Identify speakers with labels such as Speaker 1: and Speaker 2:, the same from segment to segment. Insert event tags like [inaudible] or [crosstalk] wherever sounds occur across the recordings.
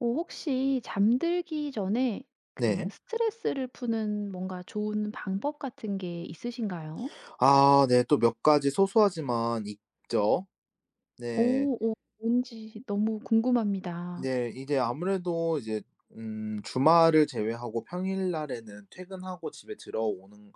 Speaker 1: 혹시 잠들기 전에 그
Speaker 2: 네.
Speaker 1: 스트레스를 푸는 뭔가 좋은 방법 같은 게 있으신가요?
Speaker 2: 아 네. 또 몇 가지 소소하지만 있죠.
Speaker 1: 오,
Speaker 2: 네.
Speaker 1: 오, 뭔지 너무 궁금합니다.
Speaker 2: 네. 이제 아무래도 이제 주말을 제외하고 평일날에는 퇴근하고 집에 들어오는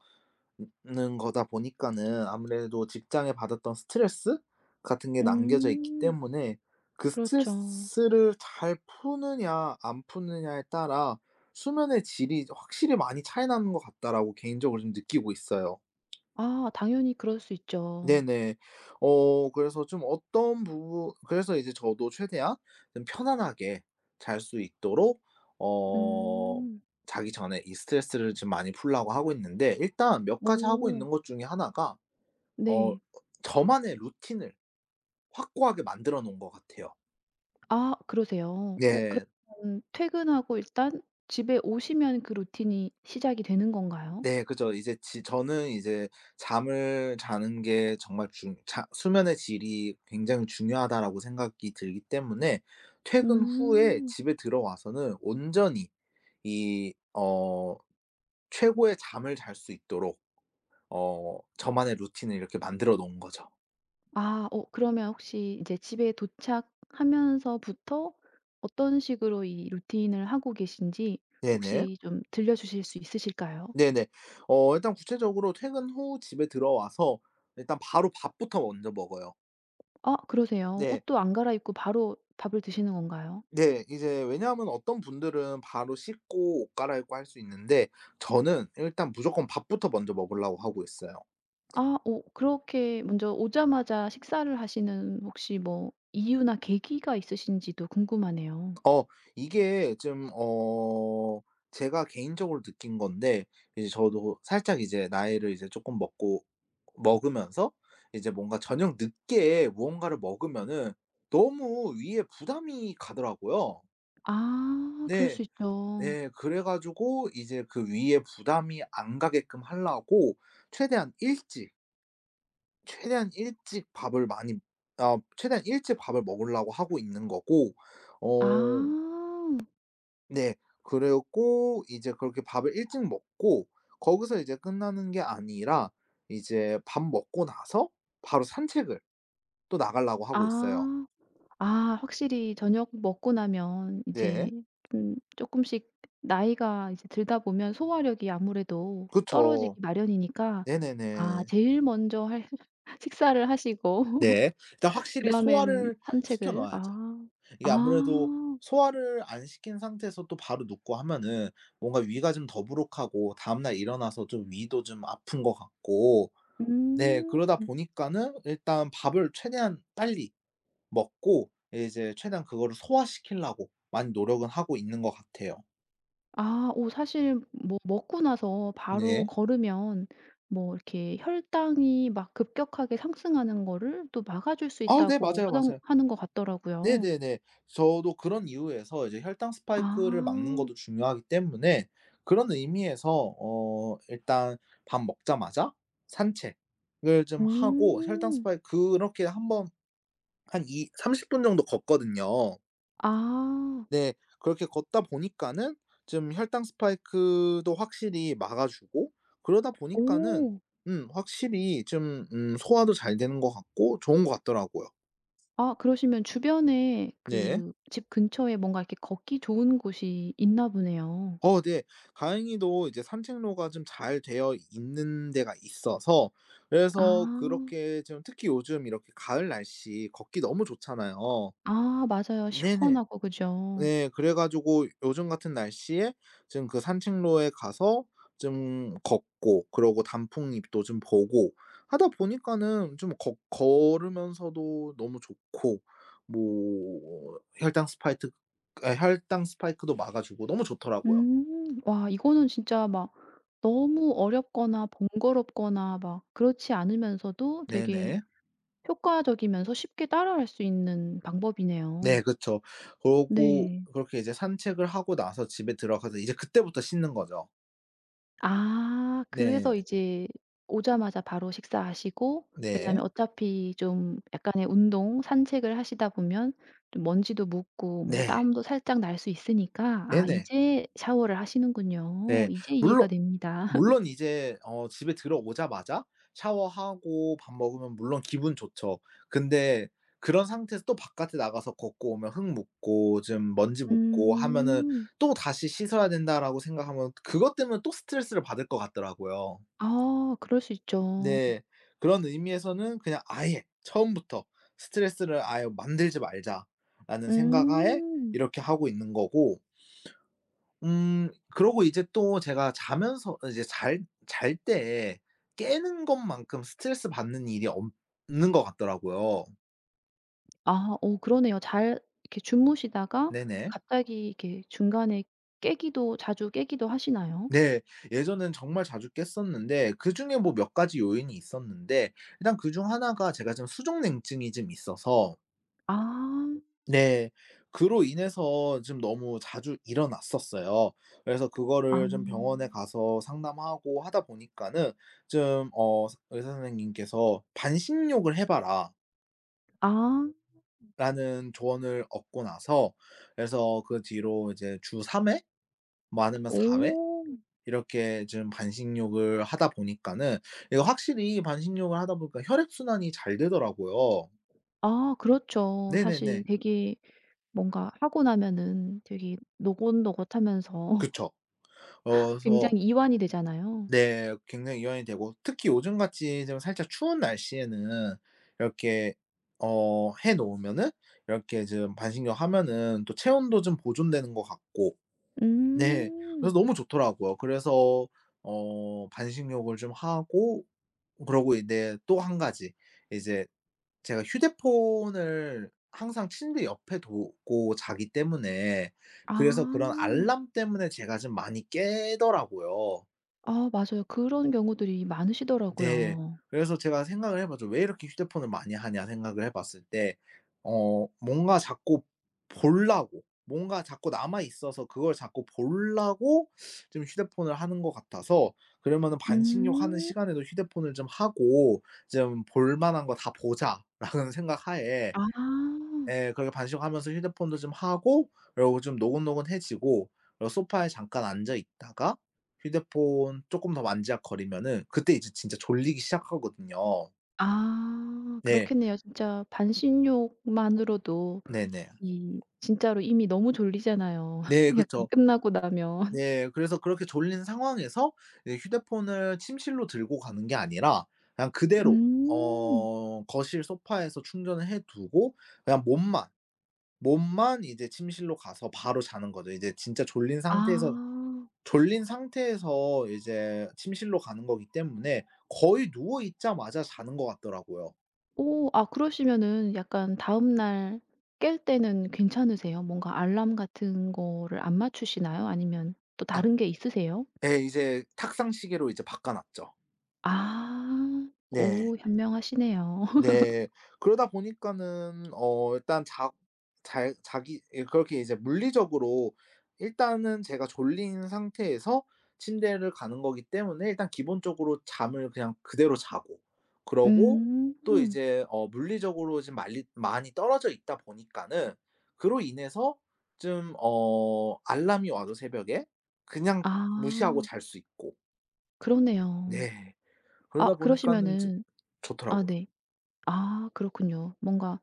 Speaker 2: 는 거다 보니까는 아무래도 직장에 받았던 스트레스 같은 게 남겨져 있기
Speaker 1: 음.
Speaker 2: 때문에 그
Speaker 1: 그렇죠.
Speaker 2: 스트레스를 잘 푸느냐 안 푸느냐에 따라 수면의 질이 확실히 많이 차이 나는 것 같다라고 개인적으로 좀 느끼고 있어요.
Speaker 1: 아, 당연히 그럴 수 있죠.
Speaker 2: 네네. 그래서 좀 어떤 부분 그래서 이제 저도 최대한 좀 편안하게 잘 수 있도록 어
Speaker 1: 음.
Speaker 2: 자기 전에 이 스트레스를 좀 많이 풀려고 하고 있는데 일단 몇 가지 하고
Speaker 1: 오.
Speaker 2: 있는 것 중에 하나가 어
Speaker 1: 네.
Speaker 2: 저만의 루틴을 확고하게 만들어 놓은 것 같아요.
Speaker 1: 아, 그러세요?
Speaker 2: 네.
Speaker 1: 그러면 퇴근하고 일단 집에 오시면 그 루틴이 시작이 되는 건가요?
Speaker 2: 네 그죠. 이제 지 저는 이제 '잠을 자는 게 정말 중 자 수면의 질이 굉장히 중요하다.'라고 생각이 들기 때문에 퇴근 후에
Speaker 1: 음.
Speaker 2: 집에 들어와서는 온전히 이 어 최고의 잠을 잘 수 있도록 저만의 루틴을 이렇게 만들어 놓은 거죠.
Speaker 1: 그러면 혹시 이제 집에 도착하면서부터 어떤 식으로 이 루틴을 하고 계신지
Speaker 2: 네네.
Speaker 1: 혹시 좀 들려 주실 수 있으실까요?
Speaker 2: 네네. 일단 구체적으로 퇴근 후 집에 들어와서 일단 바로 밥부터 먼저 먹어요.
Speaker 1: 아, 그러세요.
Speaker 2: 네.
Speaker 1: 옷도 안 갈아입고 바로 밥을 드시는 건가요?
Speaker 2: 네. 이제 왜냐하면 어떤 분들은 바로 씻고 옷 갈아입고 할 수 있는데 저는 일단 무조건 밥부터 먼저 먹으려고 하고 있어요.
Speaker 1: 아 오 그렇게 먼저 오자마자 식사를 하시는 혹시 뭐 이유나 계기가 있으신지도 궁금하네요.
Speaker 2: 어 이게 좀 제가 개인적으로 느낀 건데 이제 저도 살짝 이제 나이를 이제 조금 먹고 먹으면서 이제 뭔가 저녁 늦게 무언가를 먹으면은 너무 위에 부담이 가더라고요.
Speaker 1: 아, 그럴
Speaker 2: 네.
Speaker 1: 수 있죠.
Speaker 2: 네. 그래 가지고 이제 그 위에 부담이 안 가게끔 하려고 최대한 일찍 최대한 일찍 밥을 많이 최대한 일찍 밥을 먹으려고 하고 있는 거고 어
Speaker 1: 아.
Speaker 2: 네. 그리고 이제 그렇게 밥을 일찍 먹고 거기서 이제 끝나는 게 아니라 이제 밥 먹고 나서 바로 산책을 또 나가려고 하고 있어요.
Speaker 1: 아. 아, 확실히 저녁 먹고 나면 이제
Speaker 2: 네.
Speaker 1: 좀쪼씩 나이가 이제 들다 보면 소화력이 아무래도
Speaker 2: 그쵸.
Speaker 1: 떨어지기 마련이니까 아
Speaker 2: 네네네.
Speaker 1: 제일 먼저 할 [laughs] 식사를 하시고
Speaker 2: 네. 일단
Speaker 1: [laughs]
Speaker 2: 확실히
Speaker 1: 그다음에는
Speaker 2: 소화를 시켜
Speaker 1: 산책을.
Speaker 2: 놓아야죠.
Speaker 1: 아.
Speaker 2: 이게 아무래도
Speaker 1: 아.
Speaker 2: 소화를 안 시킨 상태에서 또 바로 눕고 하면은 뭔가 위가 좀 더부룩하고 다음날 일어나서 좀 위도 좀 아픈 것 같고 네
Speaker 1: 음.
Speaker 2: 그러다 보니까는 일단 밥을 최대한 빨리 먹고 이제 최대한 그거를 소화시키려고 많이 노력은 하고 있는 것 같아요.
Speaker 1: 아 오 사실 뭐 먹고 나서 바로
Speaker 2: 네.
Speaker 1: 걸으면 뭐 이렇게 혈당이 막 급격하게 상승하는 거를 또 막아줄 수
Speaker 2: 아 네
Speaker 1: 있다고
Speaker 2: 맞아요,
Speaker 1: 하던
Speaker 2: 맞아요.
Speaker 1: 하는 것 같더라고요.
Speaker 2: 네네네. 저도 그런 이유에서 이제 혈당 스파이크를 막는
Speaker 1: 아.
Speaker 2: 것도 중요하기 때문에 그런 의미에서 일단 밥 먹자마자 산책을 좀 하고 혈당
Speaker 1: 음.
Speaker 2: 스파이크 그렇게 한번 한 20~30분 정도 걷거든요.
Speaker 1: 아.
Speaker 2: 네. 그렇게 걷다 보니까는 좀 혈당 스파이크도 확실히 막아 주고 그러다 보니까는
Speaker 1: 오.
Speaker 2: 확실히 좀 소화도 잘 되는 것 같고 좋은 것 같더라고요.
Speaker 1: 아, 그러시면 주변에
Speaker 2: 네.
Speaker 1: 그 집 근처에 뭔가 이렇게 걷기 좋은 곳이 있나 보네요.
Speaker 2: 네. 다행히도 이제 산책로가 좀 잘 되어 있는 데가 있어서
Speaker 1: 아.
Speaker 2: 그래서 그렇게 좀 특히 요즘 이렇게 가을 날씨 걷기 너무 좋잖아요.
Speaker 1: 아, 맞아요.
Speaker 2: 네네.
Speaker 1: 시원하고 그죠.
Speaker 2: 네. 그래 가지고 요즘 같은 날씨에 지금 그 산책로에 가서 좀 걷고 그러고 단풍잎도 좀 보고 하다 보니까는 좀 걷 걸으면서도 너무 좋고 뭐 혈당 스파이크 혈당 스파이크도 막아 주고 너무 좋더라고요.
Speaker 1: 음. 와, 이거는 진짜 막 너무 어렵거나 번거롭거나 막 그렇지 않으면서도 되게
Speaker 2: 네네.
Speaker 1: 효과적이면서 쉽게 따라할 수 있는
Speaker 2: 네
Speaker 1: 방법이네요.
Speaker 2: 그쵸. 그러고
Speaker 1: 네.
Speaker 2: 그렇게 이제 산책을 하고 나서 집에 들어가서 이제 그때부터 씻는 거죠.
Speaker 1: 아,
Speaker 2: 네.
Speaker 1: 그래서 이제 오자마자 바로 식사하시고,
Speaker 2: 네.
Speaker 1: 왜냐하면 어차피 좀 약간의 운동, 산책을 하시다 보면 좀 먼지도 묻고 뭐
Speaker 2: 네.
Speaker 1: 땀도 살짝 날 수 있으니까
Speaker 2: 네 네.
Speaker 1: 아
Speaker 2: 네.
Speaker 1: 이제 샤워를 하시는군요.
Speaker 2: 네.
Speaker 1: 이제
Speaker 2: 물론
Speaker 1: 이해가 됩니다. [laughs]
Speaker 2: 물론 이제 집에 들어오자마자 샤워하고 밥 먹으면 물론 기분 좋죠. 근데 그런 상태에서 또 바깥에 나가서 걷고 오면 흙 묻고 좀 먼지 묻고 하면은
Speaker 1: 음.
Speaker 2: '또다시 씻어야 된다.'라고 생각하면 그것 때문에 또 스트레스를 받을 것 같더라고요.
Speaker 1: 아, 그럴 수 있죠.
Speaker 2: 네. 그런 의미에서는 그냥 아예 처음부터 '스트레스를 아예 만들지 말자.'라는 생각하에
Speaker 1: 음.
Speaker 2: 이렇게 하고 있는 거고 그러고 이제 또 제가 자면서 이제 잘 잘 때 깨는 것만큼 스트레스 받는 일이 없는 것 같더라고요.
Speaker 1: 아 오, 그러네요. 잘 이렇게 주무시다가
Speaker 2: 네네.
Speaker 1: 갑자기 이렇게 중간에 깨기도 자주 깨기도 하시나요?
Speaker 2: 네. 예전엔 정말 자주 깼었는데 그중에 뭐 몇 가지 요인이 있었는데 일단 그 중 하나가 제가 지금 수족냉증이 좀 있어서
Speaker 1: 아.
Speaker 2: 네. 그로 인해서 좀 너무 자주 일어났었어요. 그래서
Speaker 1: 아.
Speaker 2: 그거를 좀 병원에 가서 상담하고 하다 보니까는 좀 의사 선생님께서 "반신욕을 해
Speaker 1: 아.
Speaker 2: 봐라."라는 조언을 얻고 나서 그래서 그 뒤로 이제 주 3회 많으면 4회
Speaker 1: 오.
Speaker 2: 이렇게 좀 반신욕을 하다 보니까는 이거 확실히 반신욕을 하다 보니까 혈액순환이 잘 되더라고요.
Speaker 1: 아, 그렇죠. 사실
Speaker 2: 네네네.
Speaker 1: 되게 뭔가 하고 나면은 되게 노곤노곤하면서
Speaker 2: 그쵸.
Speaker 1: [laughs]
Speaker 2: 그래서
Speaker 1: 굉장히 이완이 되잖아요.
Speaker 2: 네. 굉장히 이완이 되고 특히 요즘같이 좀 살짝 추운 날씨에는 이렇게 해 놓으면은 이렇게 좀 반신욕 하면은 또 체온도 좀 보존되는 것 같고 네. 그래서
Speaker 1: 음.
Speaker 2: 너무 좋더라고요. 그래서 반신욕을 좀 하고 그러고 이제 또 한 가지 이제 제가 휴대폰을 항상 침대 옆에 두고 자기 때문에
Speaker 1: 아.
Speaker 2: 그래서 그런 알람 때문에 제가 좀 많이 깨더라고요.
Speaker 1: 아, 맞아요. 그런 경우들이
Speaker 2: 네.
Speaker 1: 많으시더라고요.
Speaker 2: 그래서 제가 생각을 해 봤죠. '왜 이렇게 휴대폰을 많이 하냐.' 생각을 해 봤을 때 뭔가 자꾸 보려고 뭔가 자꾸 남아 있어서 그걸 자꾸 보려고 좀 휴대폰을 하는 것 같아서 그러면은 반식욕하는
Speaker 1: 음.
Speaker 2: 시간에도 휴대폰을 좀 하고 좀 '볼 만한 거 다 보자.'라는 [laughs] 생각하에
Speaker 1: 아.
Speaker 2: 예, 그렇게 반식하면서 휴대폰도 좀 하고 그리고 좀 노곤노곤해지고 그리고 소파에 잠깐 앉아 있다가 휴대폰 조금 더 만지작거리면은 그때 이제 진짜 졸리기 시작하거든요.
Speaker 1: 아,
Speaker 2: 네.
Speaker 1: 그렇겠네요. 진짜 반신욕만으로도
Speaker 2: 네네.
Speaker 1: 이 진짜로 이미 너무 졸리잖아요
Speaker 2: 네 네,
Speaker 1: [laughs] 약간
Speaker 2: 그쵸.
Speaker 1: 끝나고 나면.
Speaker 2: 네. 그래서 그렇게 졸린 상황에서 이제 휴대폰을 침실로 들고 가는 게 아니라 그냥 그대로
Speaker 1: 음.
Speaker 2: 거실 소파에서 충전을 해 두고 그냥 몸만 이제 침실로 가서 바로 자는 거죠. 이제 진짜
Speaker 1: 아.
Speaker 2: 졸린 상태에서 이제 침실로 가는 거기 때문에 거의 누워 있자마자 자는 것 같더라고요.
Speaker 1: 오. 아, 그러시면은 약간 다음날 깰 때는 괜찮으세요? 뭔가 알람 같은 거를 안 맞추시나요? 아니면 또
Speaker 2: 아
Speaker 1: 다른 게 있으세요?
Speaker 2: 예 이제 탁상 시계로 이제 바꿔 놨죠.
Speaker 1: 아.
Speaker 2: 네.
Speaker 1: 오, 현명하시네요. [laughs]
Speaker 2: 네. 그러다 보니까는 일단 자 잘 자기 예 그렇게 이제 물리적으로 일단은 제가 졸린 상태에서 침대를 가는 거기 때문에 일단 기본적으로 잠을 그냥 그대로 자고 그러고 또
Speaker 1: 음.
Speaker 2: 이제 물리적으로 좀 말리 많이 떨어져 있다 보니까는 그로 인해서 좀 알람이 와도 새벽에 그냥 무시하고
Speaker 1: 아,
Speaker 2: 잘 수 있고
Speaker 1: 그러네요.
Speaker 2: 네.
Speaker 1: 아,
Speaker 2: 그러다 보니까는 좀
Speaker 1: 그러시면은 아
Speaker 2: 좋더라고요.
Speaker 1: 네. 아, 그렇군요. 뭔가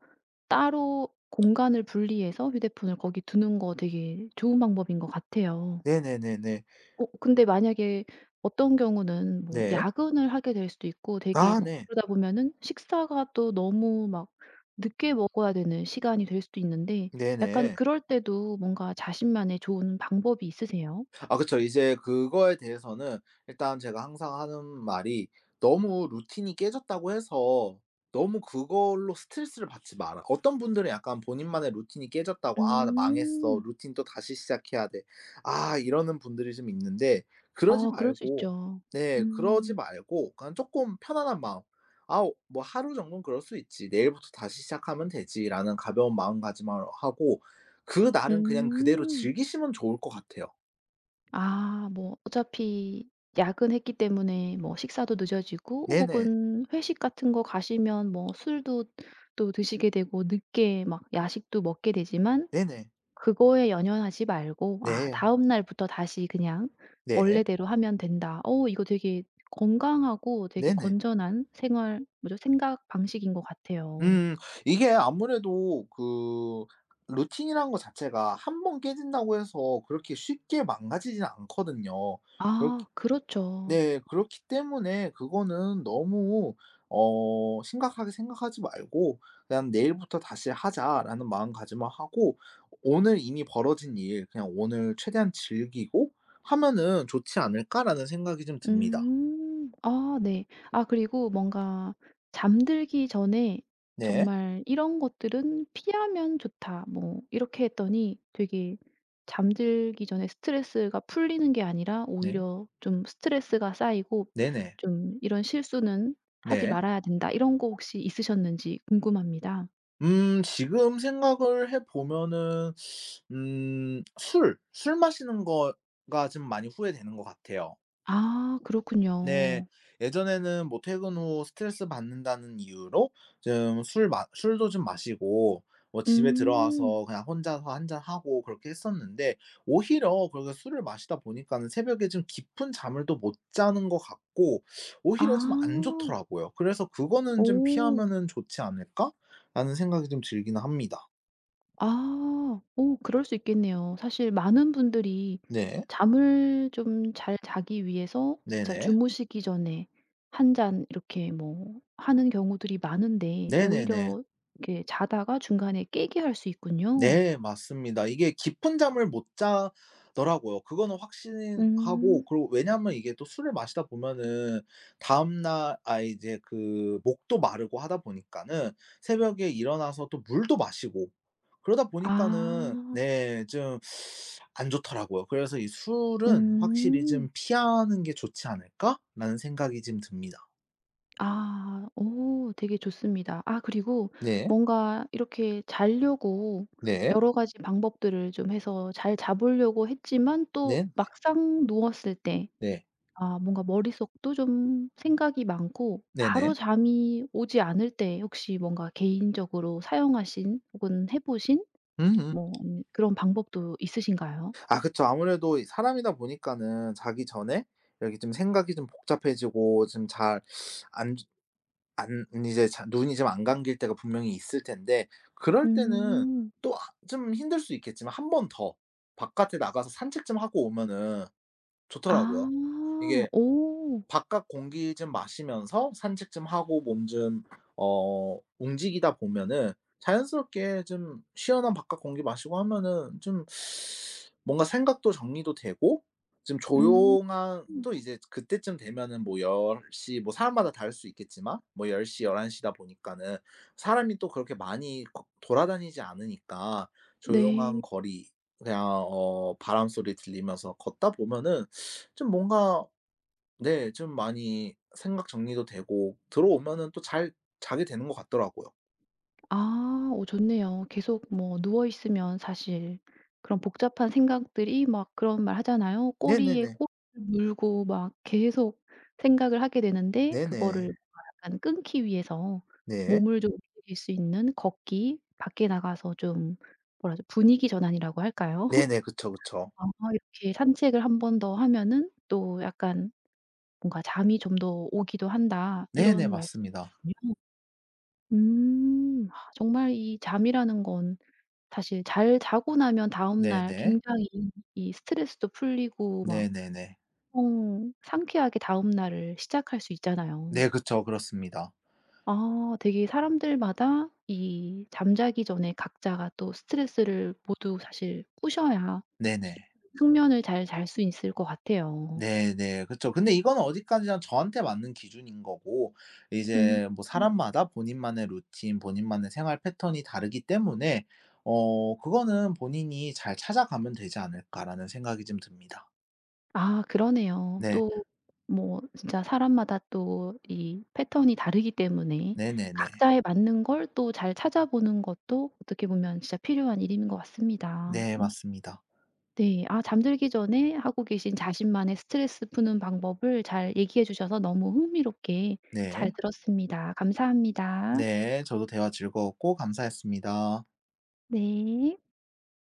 Speaker 1: 따로 공간을 분리해서 휴대폰을 거기 두는 거 되게 좋은 방법인 것 같아요.
Speaker 2: 네네네네.
Speaker 1: 근데 만약에 어떤 경우는 뭐
Speaker 2: 네.
Speaker 1: 야근을 하게 될 수도 있고 되게
Speaker 2: 아
Speaker 1: 막
Speaker 2: 네.
Speaker 1: 그러다 보면은 식사가 또 너무 막 늦게 먹어야 되는 시간이 될 수도 있는데 약간
Speaker 2: 네네.
Speaker 1: 그럴 때도 뭔가 자신만의 좋은 방법이 있으세요?
Speaker 2: 아 그쵸. 이제 그거에 대해서는 일단 제가 항상 하는 말이 너무 루틴이 깨졌다고 해서 너무 그걸로 스트레스를 받지 마라. 어떤 분들은 약간 본인만의 루틴이 깨졌다고 '아 나 망했어.
Speaker 1: 음.
Speaker 2: 루틴 또 다시 시작해야 돼.' 아 이러는 분들이 좀 있는데 그러지
Speaker 1: 아, 그럴 수
Speaker 2: 말고
Speaker 1: 있죠.
Speaker 2: 네 그러지
Speaker 1: 음.
Speaker 2: 말고 그냥 조금 편안한 마음 '아 뭐 하루 정도는 그럴 수 있지. 내일부터 다시 시작하면 되지.'라는 가벼운 마음가짐을 하고 그날은 그냥 그대로
Speaker 1: 음.
Speaker 2: 즐기시면 좋을 것 같아요.
Speaker 1: 아 뭐 어차피 야근했기 때문에 뭐 식사도 늦어지고
Speaker 2: 네네.
Speaker 1: 혹은 회식 같은 거 가시면 뭐 술도 또 드시게 되고 늦게 막 야식도 먹게 되지만
Speaker 2: 네네.
Speaker 1: 그거에 연연하지 말고 '아
Speaker 2: 네.
Speaker 1: 다음 날부터 다시 그냥
Speaker 2: 네.
Speaker 1: 원래대로 하면 된다.' 어 이거 되게 건강하고 되게
Speaker 2: 네네.
Speaker 1: 건전한 생활 뭐죠 생각 방식인 것 같아요.
Speaker 2: 음 이게 아무래도 그 루틴이라는 거 자체가 한 번 깨진다고 해서 그렇게 쉽게 망가지진 않거든요. 그렇기
Speaker 1: 아, 그렇죠.
Speaker 2: 네 그렇기 때문에 그거는 너무 심각하게 생각하지 말고 그냥 '내일부터 다시 하자.'라는 마음가짐을 하고 오늘 이미 벌어진 일 그냥 오늘 최대한 즐기고 하면은 '좋지 않을까.'라는 생각이 좀 듭니다.
Speaker 1: 음. 아 네. 아 그리고 뭔가 잠들기 전에
Speaker 2: 네.
Speaker 1: 정말 '이런 것들은 피하면 좋다.' 뭐 이렇게 했더니 되게 잠들기 전에 스트레스가 풀리는 게 아니라
Speaker 2: 네.
Speaker 1: 오히려 좀 스트레스가 쌓이고
Speaker 2: 네네.
Speaker 1: 좀 '이런 실수는 하지
Speaker 2: 네.
Speaker 1: 말아야 된다.' 이런 거 혹시 있으셨는지 궁금합니다.
Speaker 2: 지금 생각을 해 보면은 술 마시는 거가 좀 많이 후회되는 것 같아요.
Speaker 1: 아,
Speaker 2: 네.
Speaker 1: 그렇군요.
Speaker 2: 예전에는 뭐 퇴근 후 스트레스 받는다는 이유로 좀 술 마 술도 좀 마시고 뭐 집에
Speaker 1: 음.
Speaker 2: 들어와서 그냥 혼자서 한잔 하고 그렇게 했었는데 오히려 그렇게 술을 마시다 보니까는 새벽에 좀 깊은 잠을 또 못 자는 것 같고
Speaker 1: 아.
Speaker 2: 오히려 좀 안 좋더라고요. 그래서 '그거는 좀
Speaker 1: 오.
Speaker 2: 피하면은 좋지 않을까?'라는 생각이 좀 들기는 합니다.
Speaker 1: 아. 오, 그럴 수 있겠네요. 사실 많은 분들이
Speaker 2: 네.
Speaker 1: 잠을 좀 잘 자기 위해서 진짜
Speaker 2: 네네.
Speaker 1: 주무시기 전에 한 잔 이렇게 뭐 하는 경우들이 많은데
Speaker 2: 네네네.
Speaker 1: 오히려 이렇게 자다가 중간에 깨게 할 수 있군요.
Speaker 2: 네 맞습니다. 이게 깊은 잠을 못 자더라고요. 그거는 확신하고
Speaker 1: 음.
Speaker 2: 그리고 왜냐하면 이게 또 술을 마시다 보면은 다음날 아 이제 그 목도 마르고 하다 보니까는 새벽에 일어나서 또 물도 마시고 그러다 보니까는
Speaker 1: 아.
Speaker 2: 네 좀 안 좋더라고요. 그래서 이 '술은 확실히 좀
Speaker 1: 음.
Speaker 2: 피하는 게 좋지 않을까?'라는 생각이 좀 듭니다.
Speaker 1: 아. 오, 되게 좋습니다. 아 그리고
Speaker 2: 네.
Speaker 1: 뭔가 이렇게 자려고
Speaker 2: 네.
Speaker 1: 여러 가지 방법들을 좀 해서 잘 자보려고 했지만 또
Speaker 2: 네.
Speaker 1: 막상 누웠을 때
Speaker 2: 네.
Speaker 1: 아 뭔가 머릿속도 좀 생각이 많고
Speaker 2: 네네.
Speaker 1: 바로 잠이 오지 않을 때 혹시 뭔가 개인적으로 사용하신 혹은 해 보신
Speaker 2: 음음.
Speaker 1: 뭐 그런 방법도 있으신가요?
Speaker 2: 아 그쵸. 아무래도 이 사람이다 보니까는 자기 전에 이렇게 좀 생각이 좀 복잡해지고 좀 잘 안 안 이제 자 눈이 좀 안 감길 때가 분명히 있을 텐데 그럴 때는
Speaker 1: 음.
Speaker 2: 또 좀 힘들 수 있겠지만 한 번 더 바깥에 나가서 산책 좀 하고 오면은 좋더라고요.
Speaker 1: 아.
Speaker 2: 이게
Speaker 1: 오.
Speaker 2: 바깥 공기 좀 마시면서 산책 좀 하고 몸 좀 움직이다 보면은 자연스럽게 좀 시원한 바깥 공기 마시고 하면은 좀 뭔가 생각도 정리도 되고 좀
Speaker 1: 음.
Speaker 2: 조용한 또 이제 그때쯤 되면은 뭐 10 시 뭐 사람마다 다를 수 있겠지만 뭐 10시 11 시다 보니까는 사람이 또 그렇게 많이 거 돌아다니지 않으니까
Speaker 1: 네.
Speaker 2: 조용한 거리 그냥 바람 소리 들리면서 걷다 보면은 좀 뭔가 네. 좀 많이 생각 정리도 되고 들어오면은 또 잘 자게 되는 것 같더라고요.
Speaker 1: 아 오, 좋네요. 계속 뭐 누워 있으면 사실 그런 복잡한 생각들이 막 그런 말 하잖아요. 꼬리에
Speaker 2: 네네네.
Speaker 1: 꼬리를 물고 막 계속 생각을 하게 되는데 그거를
Speaker 2: 네네.
Speaker 1: 뭔가 약간 끊기 위해서
Speaker 2: 네.
Speaker 1: 몸을 좀 움직일 수 있는 걷기, 밖에 나가서 좀 뭐라 죠, 분위기 전환이라고 할까요? [laughs]
Speaker 2: 네네. 그쵸, 그쵸.
Speaker 1: 아 이렇게 '산책을 한 번 더 하면은 또 약간 뭔가 잠이 좀 더 오기도 한다.'
Speaker 2: 네네.
Speaker 1: 이런
Speaker 2: 맞습니다.
Speaker 1: 말씀이시군요. 음. 아, 정말 이 잠이라는 건 사실 잘 자고 나면 다음 날
Speaker 2: 네네.
Speaker 1: 굉장히 이 스트레스도 풀리고 막
Speaker 2: 네네네.
Speaker 1: 엄청 상쾌하게 다음 날을 시작할 수 있잖아요.
Speaker 2: 네. 그쵸. 그렇습니다.
Speaker 1: 아, 되게 사람들마다 이 잠자기 전에 각자가 또 스트레스를 모두 사실 푸셔야 깊은
Speaker 2: 네네.
Speaker 1: 숙면을 잘 잘 수 있을 것 같아요.
Speaker 2: 네네. 그쵸. 근데 이건 어디까지나 저한테 맞는 기준인 거고
Speaker 1: 음.
Speaker 2: 이제 뭐 사람마다 본인만의 루틴 본인만의 생활 패턴이 다르기 때문에 그거는 본인이 잘 찾아가면 되지 않을까라는 생각이 좀 듭니다.
Speaker 1: 아, 그러네요.
Speaker 2: 네.
Speaker 1: 또 뭐 진짜 사람마다 또 이 패턴이 다르기 때문에
Speaker 2: 네네네.
Speaker 1: 각자에 맞는 걸 또 잘 찾아보는 것도 어떻게 보면 진짜 필요한 일인 것 같습니다.
Speaker 2: 네
Speaker 1: 음.
Speaker 2: 맞습니다.
Speaker 1: 네. 아, 잠들기 전에 하고 계신 자신만의 스트레스 푸는 방법을 잘 얘기해 주셔서 너무 흥미롭게 잘
Speaker 2: 네.
Speaker 1: 들었습니다. 감사합니다.
Speaker 2: 네. 저도 대화 즐거웠고 감사했습니다.
Speaker 1: 네.